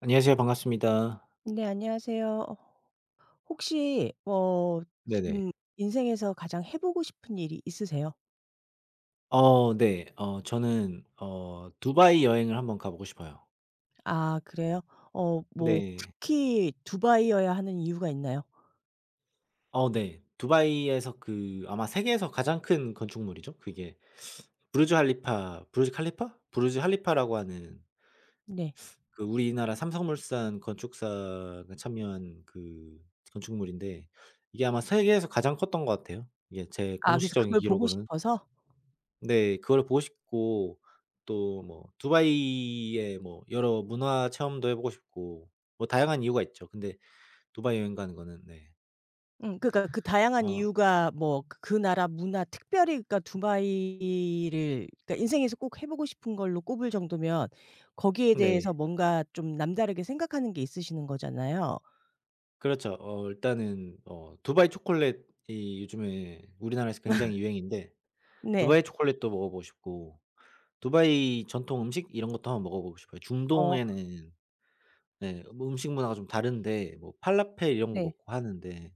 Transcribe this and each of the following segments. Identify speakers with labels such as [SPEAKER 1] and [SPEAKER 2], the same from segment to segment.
[SPEAKER 1] 안녕하세요. 반갑습니다.
[SPEAKER 2] 네, 안녕하세요. 혹시
[SPEAKER 1] 네네.
[SPEAKER 2] 지금 인생에서 가장 해 보고 싶은 일이 있으세요?
[SPEAKER 1] 네. 저는 두바이 여행을 한번 가 보고 싶어요.
[SPEAKER 2] 아 그래요? 어 뭐
[SPEAKER 1] 네.
[SPEAKER 2] 특히 두바이여야 하는 이유가 있나요?
[SPEAKER 1] 네. 두바이에서 그 아마 세계에서 가장 큰 건축물이죠. 그게 부르즈 할리파 부르즈 칼리파? 부르즈 할리파라고 하는
[SPEAKER 2] 네.
[SPEAKER 1] 그 우리나라 삼성물산 건축사가 참여한 그 건축물인데 이게 아마 세계에서 가장 컸던 것 같아요. 이게 제
[SPEAKER 2] 아 그래서
[SPEAKER 1] 공식적인
[SPEAKER 2] 그걸 보고
[SPEAKER 1] 기록으로는.
[SPEAKER 2] 싶어서?
[SPEAKER 1] 네. 그걸 보고 싶고 또 뭐 두바이의 뭐 여러 문화 체험도 해 보고 싶고 뭐 다양한 이유가 있죠. 근데 두바이 여행 가는 거는 네.
[SPEAKER 2] 음, 그러니까 그 다양한
[SPEAKER 1] 어
[SPEAKER 2] 이유가 뭐 그 나라 문화 특별히, 그러니까 두바이를, 그러니까 인생에서 꼭 해 보고 싶은 걸로 꼽을 정도면 거기에 대해서
[SPEAKER 1] 네.
[SPEAKER 2] 뭔가 좀 남다르게 생각하는 게 있으시는 거잖아요.
[SPEAKER 1] 그렇죠. 일단은 두바이 초콜릿이 요즘에 우리나라에서 굉장히 유행인데
[SPEAKER 2] 네.
[SPEAKER 1] 두바이 초콜릿도 먹어 보고 싶고 두바이 전통 음식 이런 것도 한번 먹어 보고 싶어요.
[SPEAKER 2] 어
[SPEAKER 1] 중동에는 네, 뭐 음식 문화가 좀 다른데 뭐 팔라펠 이런 거
[SPEAKER 2] 네.
[SPEAKER 1] 먹고 하는데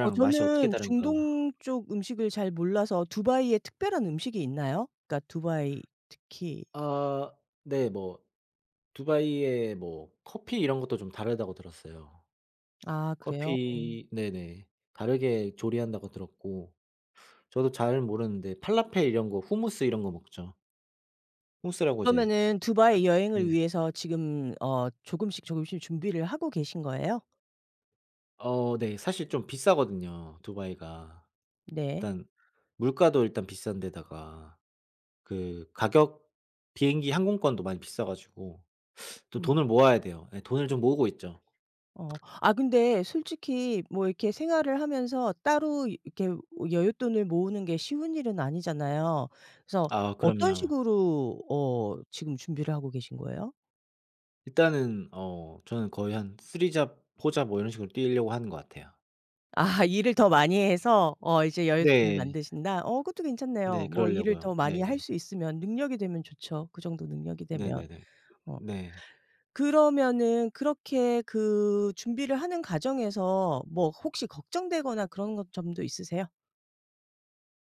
[SPEAKER 2] 어
[SPEAKER 1] 맛이 어떻게
[SPEAKER 2] 저는
[SPEAKER 1] 다른가.
[SPEAKER 2] 중동 쪽 음식을 잘 몰라서, 두바이에 특별한 음식이 있나요? 그러니까 두바이 특히.
[SPEAKER 1] 아 네. 뭐 두바이의 뭐 커피 이런 것도 좀 다르다고 들었어요.
[SPEAKER 2] 아 그래요? 어.
[SPEAKER 1] 커피 네네. 다르게 조리한다고 들었고 저도 잘 모르는데 팔라페 이런 거 후무스 이런 거 먹죠. 후무스라고 이제
[SPEAKER 2] 그러면은 두바이
[SPEAKER 1] 약간
[SPEAKER 2] 여행을
[SPEAKER 1] 네.
[SPEAKER 2] 위해서 지금 조금씩, 조금씩 준비를 하고 계신 거예요?
[SPEAKER 1] 네. 사실 좀 비싸거든요, 두바이가.
[SPEAKER 2] 네.
[SPEAKER 1] 일단 물가도 일단 비싼 데다가 그 가격 비행기 항공권도 많이 비싸 가지고 좀
[SPEAKER 2] 네.
[SPEAKER 1] 돈을 모아야 돼요. 예, 돈을 좀 모으고 있죠.
[SPEAKER 2] 어. 아 근데 솔직히 뭐 이렇게 생활을 하면서 따로 이렇게 뭐 여윳돈을 모으는 게 쉬운 일은 아니잖아요. 그래서
[SPEAKER 1] 아
[SPEAKER 2] 어떤
[SPEAKER 1] 그럼요.
[SPEAKER 2] 식으로 어 지금 준비를 하고 계신 거예요?
[SPEAKER 1] 일단은 저는 거의 한 3잡 4 잡 뭐 이런 식으로 뛰려고 하는 것 같아요.
[SPEAKER 2] 아 일을 더 많이 해서 어 이제 여유통을
[SPEAKER 1] 네.
[SPEAKER 2] 만드신다? 어 그것도
[SPEAKER 1] 네,
[SPEAKER 2] 괜찮네요. 뭐 일을
[SPEAKER 1] 그러려고요.
[SPEAKER 2] 더 많이 할
[SPEAKER 1] 네네.
[SPEAKER 2] 수 있으면, 능력이 되면 좋죠. 그 정도 능력이 되면.
[SPEAKER 1] 네네네.
[SPEAKER 2] 어.
[SPEAKER 1] 네.
[SPEAKER 2] 그러면은 그렇게 그 준비를 하는 과정에서 뭐 혹시 걱정되거나 그런 것 점도 있으세요?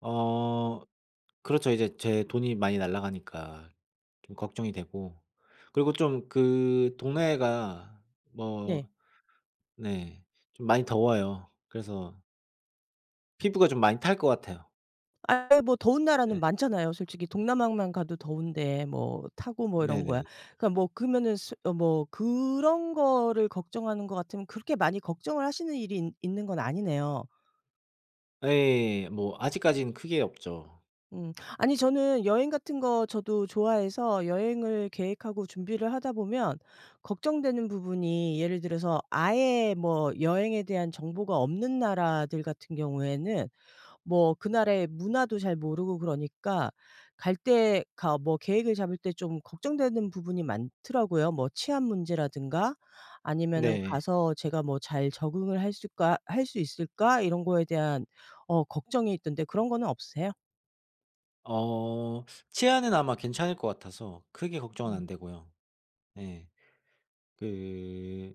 [SPEAKER 1] 어 그렇죠. 이제 제 돈이 많이 날아가니까 좀 걱정이 되고 그리고 좀 그 동네가 뭐
[SPEAKER 2] 네.
[SPEAKER 1] 네, 좀 많이 더워요. 그래서 피부가 좀 많이 탈 것 같아요.
[SPEAKER 2] 아이, 뭐 더운 나라는
[SPEAKER 1] 네.
[SPEAKER 2] 많잖아요. 솔직히 동남아만 가도 더운데 뭐 타고 뭐 이런 거야.
[SPEAKER 1] 네네네.
[SPEAKER 2] 그러니까 뭐 그러면은 스 어 뭐 그런 거를 걱정하는 것 같으면 그렇게 많이 걱정을 하시는 일이 있 있는 건 아니네요.
[SPEAKER 1] 예. 예, 예. 뭐 아직까지는 크게 없죠.
[SPEAKER 2] 음. 아니 저는 여행 같은 거 저도 좋아해서, 여행을 계획하고 준비를 하다 보면 걱정되는 부분이, 예를 들어서 아예 뭐 여행에 대한 정보가 없는 나라들 같은 경우에는 뭐 그 나라의 문화도 잘 모르고 그러니까 갈 때가 뭐 계획을 잡을 때 좀 걱정되는 부분이 많더라고요. 뭐 치안 문제라든가 아니면은
[SPEAKER 1] 네.
[SPEAKER 2] 가서 제가 뭐 잘 적응을 할 수가 할 수 있을까 이런 거에 대한 어 걱정이 있던데, 그런 거는 없으세요?
[SPEAKER 1] 어 치아는 아마 괜찮을 것 같아서 크게 걱정은
[SPEAKER 2] 음.
[SPEAKER 1] 안 되고요. 예. 그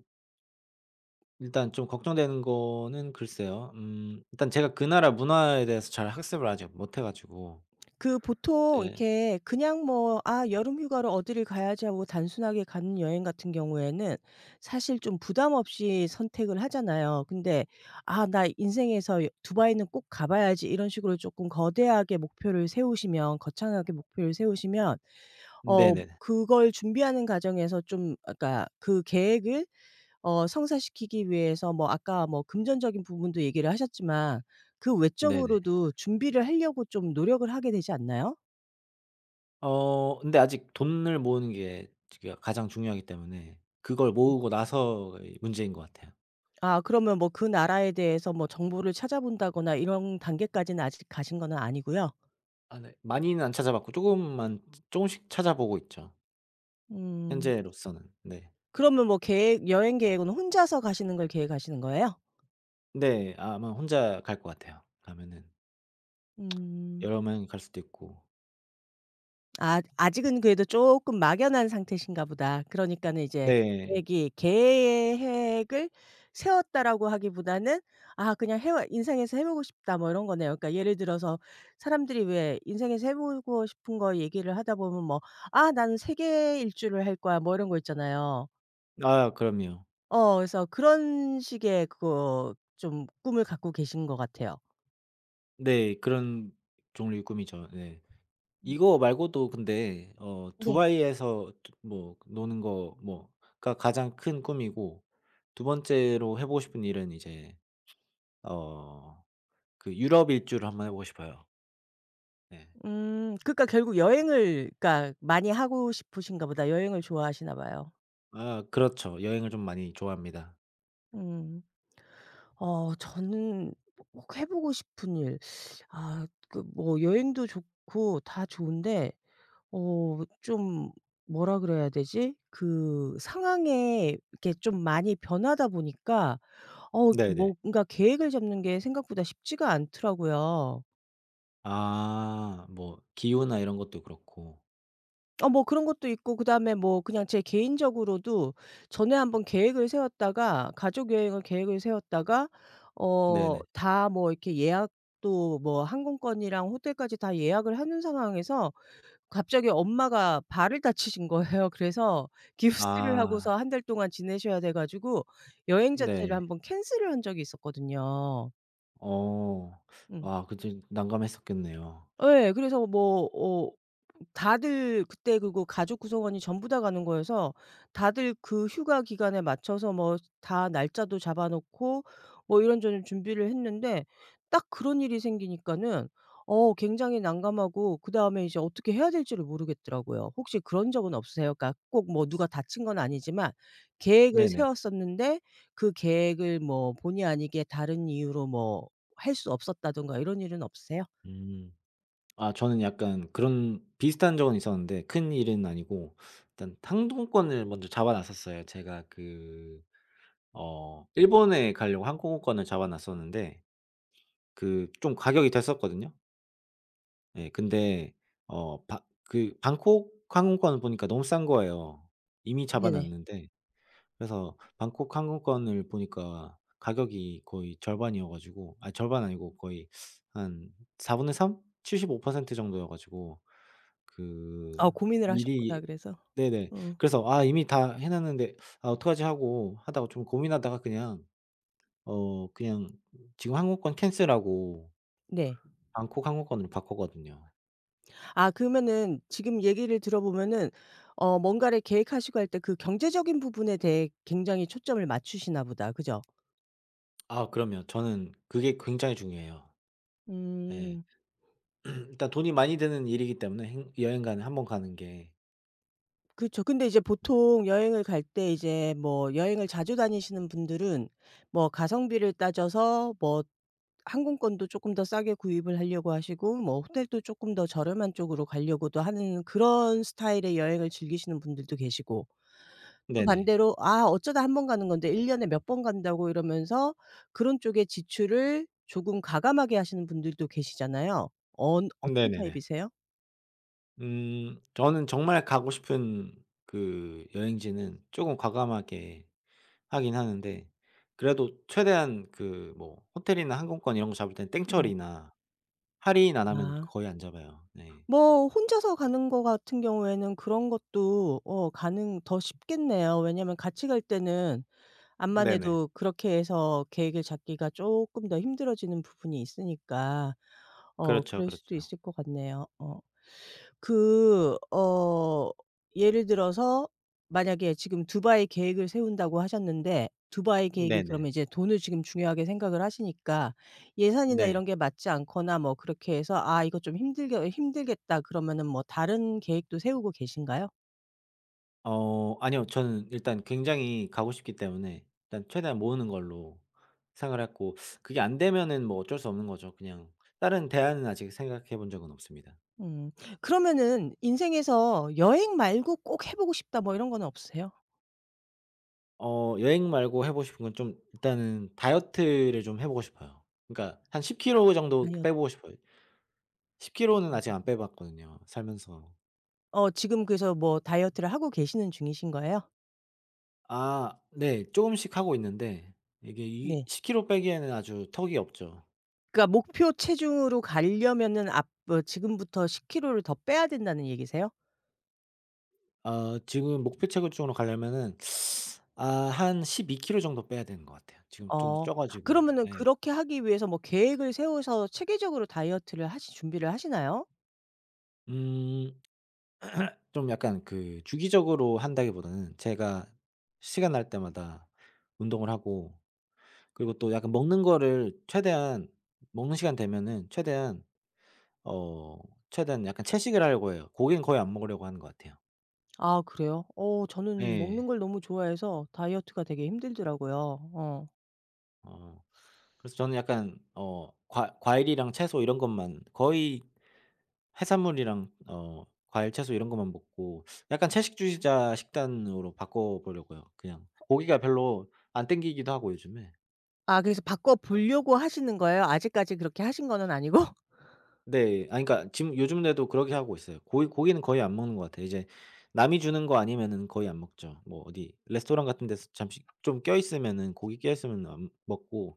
[SPEAKER 1] 일단 좀 걱정되는 거는 글쎄요. 일단 제가 그 나라 문화에 대해서 잘 학습을 아직 못해 가지고
[SPEAKER 2] 그 보통
[SPEAKER 1] 이제
[SPEAKER 2] 이렇게 그냥 뭐 '아 여름 휴가로 어디를 가야지.' 하고 단순하게 가는 여행 같은 경우에는 사실 좀 부담 없이 선택을 하잖아요. 근데 '아 나 인생에서 여 두바이는 꼭 가 봐야지.' 이런 식으로 조금 거대하게 목표를 세우시면 거창하게 목표를 세우시면 어
[SPEAKER 1] 네네.
[SPEAKER 2] 그걸 준비하는 과정에서 좀 아그까그 계획을 어 성사시키기 위해서 뭐 아까 뭐 금전적인 부분도 얘기를 하셨지만 그
[SPEAKER 1] 네네.
[SPEAKER 2] 외적으로도 준비를 하려고 좀 노력을 하게 되지 않나요?
[SPEAKER 1] 근데 아직 돈을 모으는 게 지금 가장 중요하기 때문에 그걸 모으고 나서의 문제인 것 같아요.
[SPEAKER 2] 아 그러면 뭐 그 나라에 대해서 뭐 정보를 찾아본다거나 이런 단계까지는 아직 가신 거는 아니고요.
[SPEAKER 1] 아 네. 많이는 안 찾아봤고 조금만 조금씩 찾아보고 있죠.
[SPEAKER 2] 음.
[SPEAKER 1] 현재로서는. 네.
[SPEAKER 2] 그러면 뭐 계획 여행 계획은 혼자서 가시는 걸 계획하시는 거예요?
[SPEAKER 1] 네. 아마 혼자 갈 것 같아요, 가면은.
[SPEAKER 2] 음.
[SPEAKER 1] 여러 명 갈 수도 있고.
[SPEAKER 2] 아 아직은 그래도 조금 막연한 상태신가 보다. 그러니까는 이제
[SPEAKER 1] 네.
[SPEAKER 2] 계획이 '계획을 세웠다.'라고 하기보다는 '아 그냥 해 인생에서 해 보고 싶다.' 뭐 이런 거네요. 그러니까 예를 들어서 사람들이 왜 인생에서 해 보고 싶은 거 얘기를 하다 보면 뭐 "아 나는 세계 일주를 할 거야." 뭐 이런 거 있잖아요.
[SPEAKER 1] 아 그럼요.
[SPEAKER 2] 어 그래서 그런 식의 그거 좀 꿈을 갖고 계신 것 같아요.
[SPEAKER 1] 네. 그런 종류의 꿈이죠. 네.
[SPEAKER 2] 음.
[SPEAKER 1] 이거 말고도 근데
[SPEAKER 2] 네.
[SPEAKER 1] 두바이에서 두 뭐 노는 거 뭐가 가장 큰 꿈이고, 두 번째로 해 보고 싶은 일은 이제 어 그 유럽 일주를 한번 해 보고 싶어요. 네.
[SPEAKER 2] 음, 그러니까 결국 여행을 그러니까 많이 하고 싶으신가 보다. 여행을 좋아하시나 봐요.
[SPEAKER 1] 아 그렇죠. 여행을 좀 많이 좋아합니다.
[SPEAKER 2] 음. 어 저는 꼭 해 보고 싶은 일, 아 그 뭐 여행도 좋고 다 좋은데 어 좀, 뭐라 그래야 되지? 그 상황에 이렇게 좀 많이 변하다 보니까 어 이렇게
[SPEAKER 1] 네네.
[SPEAKER 2] 뭔가 계획을 잡는 게 생각보다 쉽지가 않더라고요.
[SPEAKER 1] 아 뭐 기후나 이런 것도 그렇고.
[SPEAKER 2] 어 뭐 그런 것도 있고 그다음에 뭐 그냥 제 개인적으로도 전에 한번 계획을 세웠다가 가족 여행을 계획을 세웠다가 어
[SPEAKER 1] 네네.
[SPEAKER 2] 다 뭐 이렇게 예약도 뭐 항공권이랑 호텔까지 다 예약을 하는 상황에서 갑자기 엄마가 발을 다치신 거예요. 그래서 기후스를
[SPEAKER 1] 아
[SPEAKER 2] 하고서 한 달 동안 지내셔야 돼 가지고 여행 자체를
[SPEAKER 1] 네.
[SPEAKER 2] 한번 캔슬을 한 적이 있었거든요.
[SPEAKER 1] 어.
[SPEAKER 2] 음.
[SPEAKER 1] 아 그때 난감했었겠네요.
[SPEAKER 2] 예. 그래서 뭐 어 다들 그때 그거 가족 구성원이 전부 다 가는 거여서 다들 그 휴가 기간에 맞춰서 뭐 다 날짜도 잡아 놓고 뭐 이런저런 준비를 했는데 딱 그런 일이 생기니까는 어 굉장히 난감하고 그다음에 이제 어떻게 해야 될지를 모르겠더라고요. 혹시 그런 적은 없으세요? 그러니까 꼭 뭐 누가 다친 건 아니지만 계획을
[SPEAKER 1] 네네.
[SPEAKER 2] 세웠었는데 그 계획을 뭐 본의 아니게 다른 이유로 뭐 할 수 없었다든가 이런 일은 없으세요?
[SPEAKER 1] 음. 아 저는 약간 그런 비슷한 적은 있었는데 큰일은 아니고 일단 항공권을 먼저 잡아 놨었어요. 제가 그 일본에 가려고 항공권을 잡아 놨었는데 그 좀 가격이 됐었거든요. 예, 근데 어 바 그 방콕 항공권을 보니까 너무 싼 거예요. 이미 잡아
[SPEAKER 2] 네네.
[SPEAKER 1] 놨는데. 그래서 방콕 항공권을 보니까 가격이 거의 절반이어 가지고, 아 절반 아니고 거의 한 4분의 3/4? 75% 정도여 가지고 그
[SPEAKER 2] 어 고민을 하셨구나
[SPEAKER 1] 미리
[SPEAKER 2] 그래서.
[SPEAKER 1] 네네.
[SPEAKER 2] 어
[SPEAKER 1] 그래서 '아 이미 다 해 놨는데 아 어떡하지?' 하고 하다가 좀 고민하다가 그냥 지금 항공권 캔슬하고
[SPEAKER 2] 네.
[SPEAKER 1] 방콕 항공권으로 바꿨거든요.
[SPEAKER 2] 아 그러면은 지금 얘기를 들어보면은 어 뭔가를 계획하시고 할 때 그 경제적인 부분에 대해 굉장히 초점을 맞추시나 보다. 그죠?
[SPEAKER 1] 아 그럼요. 저는 그게 굉장히 중요해요. 예.
[SPEAKER 2] 음,
[SPEAKER 1] 일단 돈이 많이 드는 일이기 때문에, 행 여행 간 한 번 가는 게.
[SPEAKER 2] 그쵸. 근데 이제 보통 여행을 갈 때 이제 뭐 여행을 자주 다니시는 분들은 뭐 가성비를 따져서 뭐 항공권도 쪼끔 더 싸게 구입을 하려고 하시고 뭐 호텔도 쪼끔 더 저렴한 쪽으로 가려고도 하는 그런 스타일의 여행을 즐기시는 분들도 계시고 또
[SPEAKER 1] 네네.
[SPEAKER 2] 반대로 '아 어쩌다 한 번 가는 건데 1 년에 몇 번 간다고.' 이러면서 그런 쪽에 지출을 조금 가감하게 하시는 분들도 계시잖아요. 언 어떤
[SPEAKER 1] 네네네.
[SPEAKER 2] 타입이세요?
[SPEAKER 1] 저는 정말 가고 싶은 그 여행지는 조금 과감하게 하긴 하는데 그래도 최대한 그 뭐 호텔이나 항공권 이런 거 잡을 땐
[SPEAKER 2] 네.
[SPEAKER 1] 땡처리나 할인 안 하면
[SPEAKER 2] 아.
[SPEAKER 1] 거의 안 잡아요. 네.
[SPEAKER 2] 뭐 혼자서 가는 거 같은 경우에는 그런 것도 어 가능 더 쉽겠네요. 왜냐면 같이 갈 때는 암만
[SPEAKER 1] 네네.
[SPEAKER 2] 해도 그렇게 해서 계획을 잡기가 쪼끔 더 힘들어지는 부분이 있으니까 어
[SPEAKER 1] 그렇죠,
[SPEAKER 2] 그럴 수도
[SPEAKER 1] 그렇죠.
[SPEAKER 2] 있을 것 같네요. 어. 그 어 예를 들어서 만약에 지금 두바이 계획을 세운다고 하셨는데 두바이 계획이, 그러면
[SPEAKER 1] 네네.
[SPEAKER 2] 이제 돈을 지금 중요하게 생각을 하시니까 예산이나
[SPEAKER 1] 네.
[SPEAKER 2] 이런 게 맞지 않거나 뭐 그렇게 해서 '아 이거 좀 힘들게 힘들겠다.' 그러면은 뭐 다른 계획도 세우고 계신가요?
[SPEAKER 1] 아니요. 저는 일단 굉장히 가고 싶기 때문에 일단 최대한 모으는 걸로 생각을 했고, 그게 안 되면은 뭐 어쩔 수 없는 거죠. 그냥 다른 대안은 아직 생각해 본 적은 없습니다.
[SPEAKER 2] 음. 그러면은 인생에서 '여행 말고 꼭 해 보고 싶다.' 뭐 이런 거는 없으세요?
[SPEAKER 1] 여행 말고 해 보고 싶은 건 좀, 일단은 다이어트를 좀 해 보고 싶어요. 그러니까 한 10
[SPEAKER 2] 아.
[SPEAKER 1] 킬로 정도
[SPEAKER 2] 다이어트.
[SPEAKER 1] 빼 보고 싶어요. 10 킬로는 아직 안 빼 봤거든요, 살면서.
[SPEAKER 2] 어 지금 그래서 뭐 다이어트를 하고 계시는 중이신 거예요?
[SPEAKER 1] 아 네. 조금씩 하고 있는데 이게 이
[SPEAKER 2] 네.
[SPEAKER 1] 10 킬로 빼기에는 아주 턱이 없죠.
[SPEAKER 2] 그러니까 목표 체중으로 가려면은 앞 어 지금부터 10 킬로를 더 빼야 된다는 얘기세요?
[SPEAKER 1] 아 지금 목표 체구 쪽으로 가려면은 아 한 12 킬로 정도 빼야 되는 것 같아요. 지금 좀
[SPEAKER 2] 어.
[SPEAKER 1] 쪄 가지고.
[SPEAKER 2] 그러면은
[SPEAKER 1] 예.
[SPEAKER 2] 그렇게 하기 위해서 뭐 계획을 세워서 체계적으로 다이어트를 하시 준비를 하시나요?
[SPEAKER 1] 음 좀 약간 그 주기적으로 한다기보다는 제가 시간 날 때마다 운동을 하고, 그리고 또 약간 먹는 거를 최대한, 먹는 시간 되면은 어 최대한 약간 채식을 하려고 해요. 고기는 거의 안 먹으려고 하는 것 같아요.
[SPEAKER 2] 아 그래요? 어 저는
[SPEAKER 1] 예.
[SPEAKER 2] 먹는 걸 너무 좋아해서 다이어트가 되게 힘들더라고요. 어.
[SPEAKER 1] 어 그래서 저는 약간 어 과 과일이랑 채소 이런 것만 거의 해산물이랑 과일, 채소 이런 것만 먹고 약간 채식주의자 식단으로 바꿔 보려고요 그냥. 고기가 별로 안 땡기기도 하고 요즘에.
[SPEAKER 2] 아 그래서 바꿔 보려고 하시는 거예요? 아직까지 그렇게 하신 거는 아니고?
[SPEAKER 1] 네. 아 그러니까 지금 요즘에도 그렇게 하고 있어요. 고기는 거의 안 먹는 것 같아요. 이제 남이 주는 거 아니면은 거의 안 먹죠. 뭐 어디 레스토랑 같은 데서 잠시 좀 껴 있으면은, 고기 껴 있으면 안 먹고,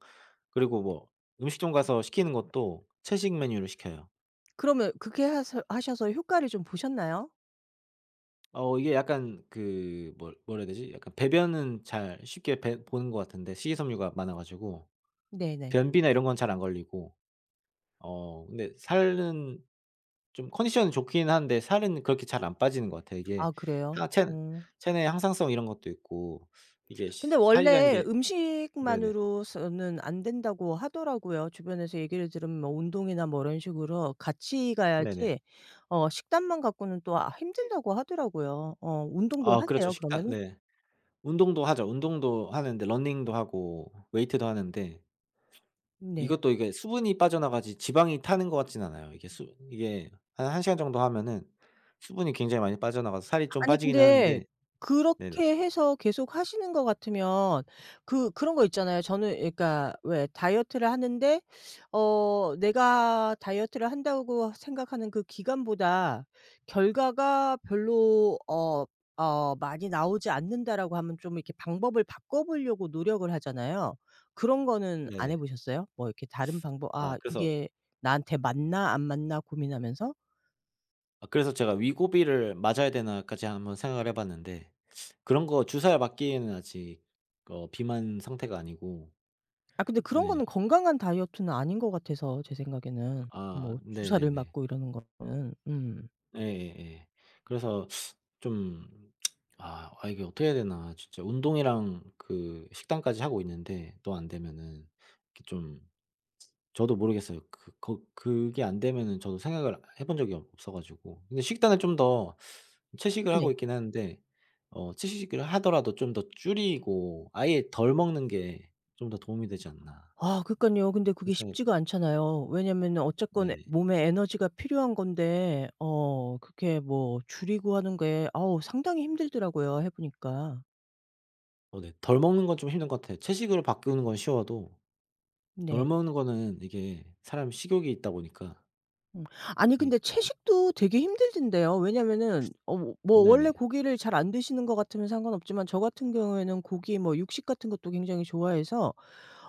[SPEAKER 1] 그리고 뭐 음식점 가서 시키는 것도 채식 메뉴를 시켜요.
[SPEAKER 2] 그러면 그렇게 하서 하셔서 효과를 좀 보셨나요?
[SPEAKER 1] 이게 약간 그 뭘 뭐라 해야 되지? 약간 배변은 잘 쉽게 배 보는 것 같은데 식이섬유가 많아 가지고
[SPEAKER 2] 네네.
[SPEAKER 1] 변비나 이런 건 잘 안 걸리고, 근데 살은, 좀 컨디션은 좋긴 한데 살은 그렇게 잘 안 빠지는 것 같아요. 이게
[SPEAKER 2] 아 그래요?
[SPEAKER 1] 체
[SPEAKER 2] 어.
[SPEAKER 1] 체내 항상성 이런 것도 있고, 이게 시
[SPEAKER 2] 근데
[SPEAKER 1] 살이라는
[SPEAKER 2] 원래
[SPEAKER 1] 게 네네.
[SPEAKER 2] 음식만으로서는 안 된다고 하더라고요. 주변에서 얘기를 들으면 뭐 운동이나 뭐 이런 식으로 같이
[SPEAKER 1] 네네.
[SPEAKER 2] 가야지 어 식단만 갖고는 또 아 힘들다고 하더라고요. 어 운동도
[SPEAKER 1] 아 그렇죠.
[SPEAKER 2] 하세요
[SPEAKER 1] 식단
[SPEAKER 2] 그러면은?
[SPEAKER 1] 네. 운동도 하죠. 운동도 하는데 러닝도 하고 웨이트도 하는데
[SPEAKER 2] 네.
[SPEAKER 1] 이것도 이게 수분이 빠져나가지 지방이 타는 것 같진 않아요. 이게 수 이게 한 1 시간 정도 하면은 수분이 굉장히 많이 빠져나가서 살이 좀
[SPEAKER 2] 아니
[SPEAKER 1] 빠지긴
[SPEAKER 2] 근데
[SPEAKER 1] 하는데 네네.
[SPEAKER 2] 그렇게 해서 계속 하시는 것 같으면 그 그런 거 있잖아요. 저는 그러니까 왜 다이어트를 하는데 어 내가 다이어트를 한다고 생각하는 그 기간보다 결과가 별로 많이 나오지 않는다라고 하면 좀 이렇게 방법을 바꿔 보려고 노력을 하잖아요. 그런 거는 안
[SPEAKER 1] 네네.
[SPEAKER 2] 해 보셨어요? 뭐 이렇게 다른 방법
[SPEAKER 1] 아
[SPEAKER 2] '아
[SPEAKER 1] 그래서
[SPEAKER 2] 이게 나한테 맞나 안 맞나.' 고민하면서?
[SPEAKER 1] 아 그래서 제가 위고비를 맞아야 되나까지 한번 생각을 해 봤는데, 그런 거 주사를 맞기에는 아직 비만 상태가 아니고
[SPEAKER 2] 아 근데 그런
[SPEAKER 1] 네.
[SPEAKER 2] 거는 건강한 다이어트는 아닌 것 같아서 제 생각에는.
[SPEAKER 1] 아
[SPEAKER 2] 뭐 주사를
[SPEAKER 1] 네네네.
[SPEAKER 2] 맞고 이러는 거는. 음.
[SPEAKER 1] 예예예. 그래서 좀, 아 이게 어떻게 해야 되나. 진짜 운동이랑 그 식단까지 하고 있는데 또 안 되면은 이게 좀, 저도 모르겠어요. 그 거 그게 안 되면은 저도 생각을 해본 적이 없어 가지고. 근데 식단을 좀더 채식을
[SPEAKER 2] 네.
[SPEAKER 1] 하고 있긴 하는데, 채식을 하더라도 좀 더 줄이고 아예 덜 먹는 게 좀 더 도움이 되지 않나
[SPEAKER 2] 아 그러니깐요. 근데 그게 쉽지가
[SPEAKER 1] 생각합니다.
[SPEAKER 2] 않잖아요. 왜냐면은 어쨌건 에
[SPEAKER 1] 네네.
[SPEAKER 2] 몸에 에너지가 필요한 건데 어 그렇게 뭐 줄이고 하는 게 아우 상당히 힘들더라고요 해 보니까.
[SPEAKER 1] 네. 덜 먹는 건 좀 힘든 것 같아요. 채식으로 바꾸는 건 쉬워도 덜
[SPEAKER 2] 네.
[SPEAKER 1] 먹는 거는 이게 사람 식욕이 있다 보니까
[SPEAKER 2] 음. 아니
[SPEAKER 1] 이게
[SPEAKER 2] 근데
[SPEAKER 1] 쪼끔
[SPEAKER 2] 채식도 되게 힘들던데요. 왜냐면은 원래
[SPEAKER 1] 네네.
[SPEAKER 2] 고기를 잘 안 드시는 것 같으면 상관없지만 저 같은 경우에는 고기 뭐 육식 같은 것도 굉장히 좋아해서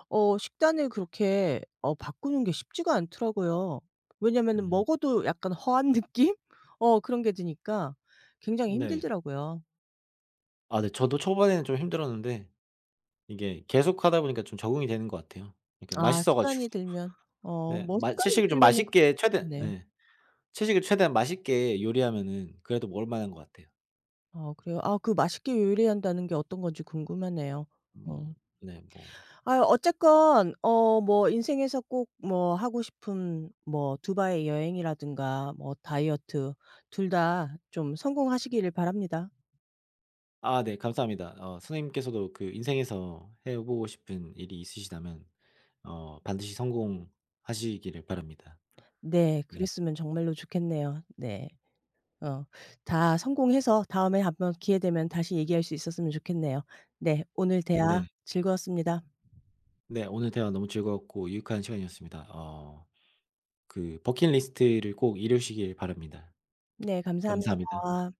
[SPEAKER 2] 어 식단을 그렇게 어 바꾸는 게 쉽지가 않더라고요. 왜냐면은
[SPEAKER 1] 음
[SPEAKER 2] 먹어도 약간 허한 느낌? 어 그런 게 드니까 굉장히
[SPEAKER 1] 네.
[SPEAKER 2] 힘들더라고요.
[SPEAKER 1] 아 네. 저도 초반에는 좀 힘들었는데 이게 계속하다 보니까 좀 적응이 되는 것 같아요. 그러니까
[SPEAKER 2] 아
[SPEAKER 1] 맛있어
[SPEAKER 2] 습관이
[SPEAKER 1] 가지고.
[SPEAKER 2] 들면 어
[SPEAKER 1] 네.
[SPEAKER 2] 뭐
[SPEAKER 1] 맛
[SPEAKER 2] 습관이
[SPEAKER 1] 채식을 좀
[SPEAKER 2] 들면은 그럴
[SPEAKER 1] 맛있게
[SPEAKER 2] 수
[SPEAKER 1] 최대한,
[SPEAKER 2] 있겠네요.
[SPEAKER 1] 예, 채식을 최대한 맛있게 요리하면은 그래도 먹을 만한 것 같아요.
[SPEAKER 2] 어 그래요? 아 그 맛있게 요리한다는 게 어떤 건지 궁금하네요.
[SPEAKER 1] 음
[SPEAKER 2] 어.
[SPEAKER 1] 네, 뭐
[SPEAKER 2] 아 어쨌건 어 뭐 인생에서 꼭 뭐 하고 싶은 뭐 두바이 여행이라든가 뭐 다이어트, 둘 다 좀 성공하시기를 바랍니다.
[SPEAKER 1] 아 네 감사합니다. 선생님께서도 그 인생에서 해 보고 싶은 일이 있으시다면 반드시 성공하시기를 바랍니다.
[SPEAKER 2] 네.
[SPEAKER 1] 네.
[SPEAKER 2] 그랬으면 정말로 좋겠네요. 네. 어 다 성공해서 다음에 한번 기회 되면 다시 얘기할 수 있었으면 좋겠네요. 네. 오늘 대화
[SPEAKER 1] 네.
[SPEAKER 2] 즐거웠습니다.
[SPEAKER 1] 네, 오늘 대화 너무 즐거웠고 유익한 시간이었습니다. 그 버킷리스트를 꼭 이루시길 바랍니다.
[SPEAKER 2] 네.
[SPEAKER 1] 감사합니다.
[SPEAKER 2] 감사합니다.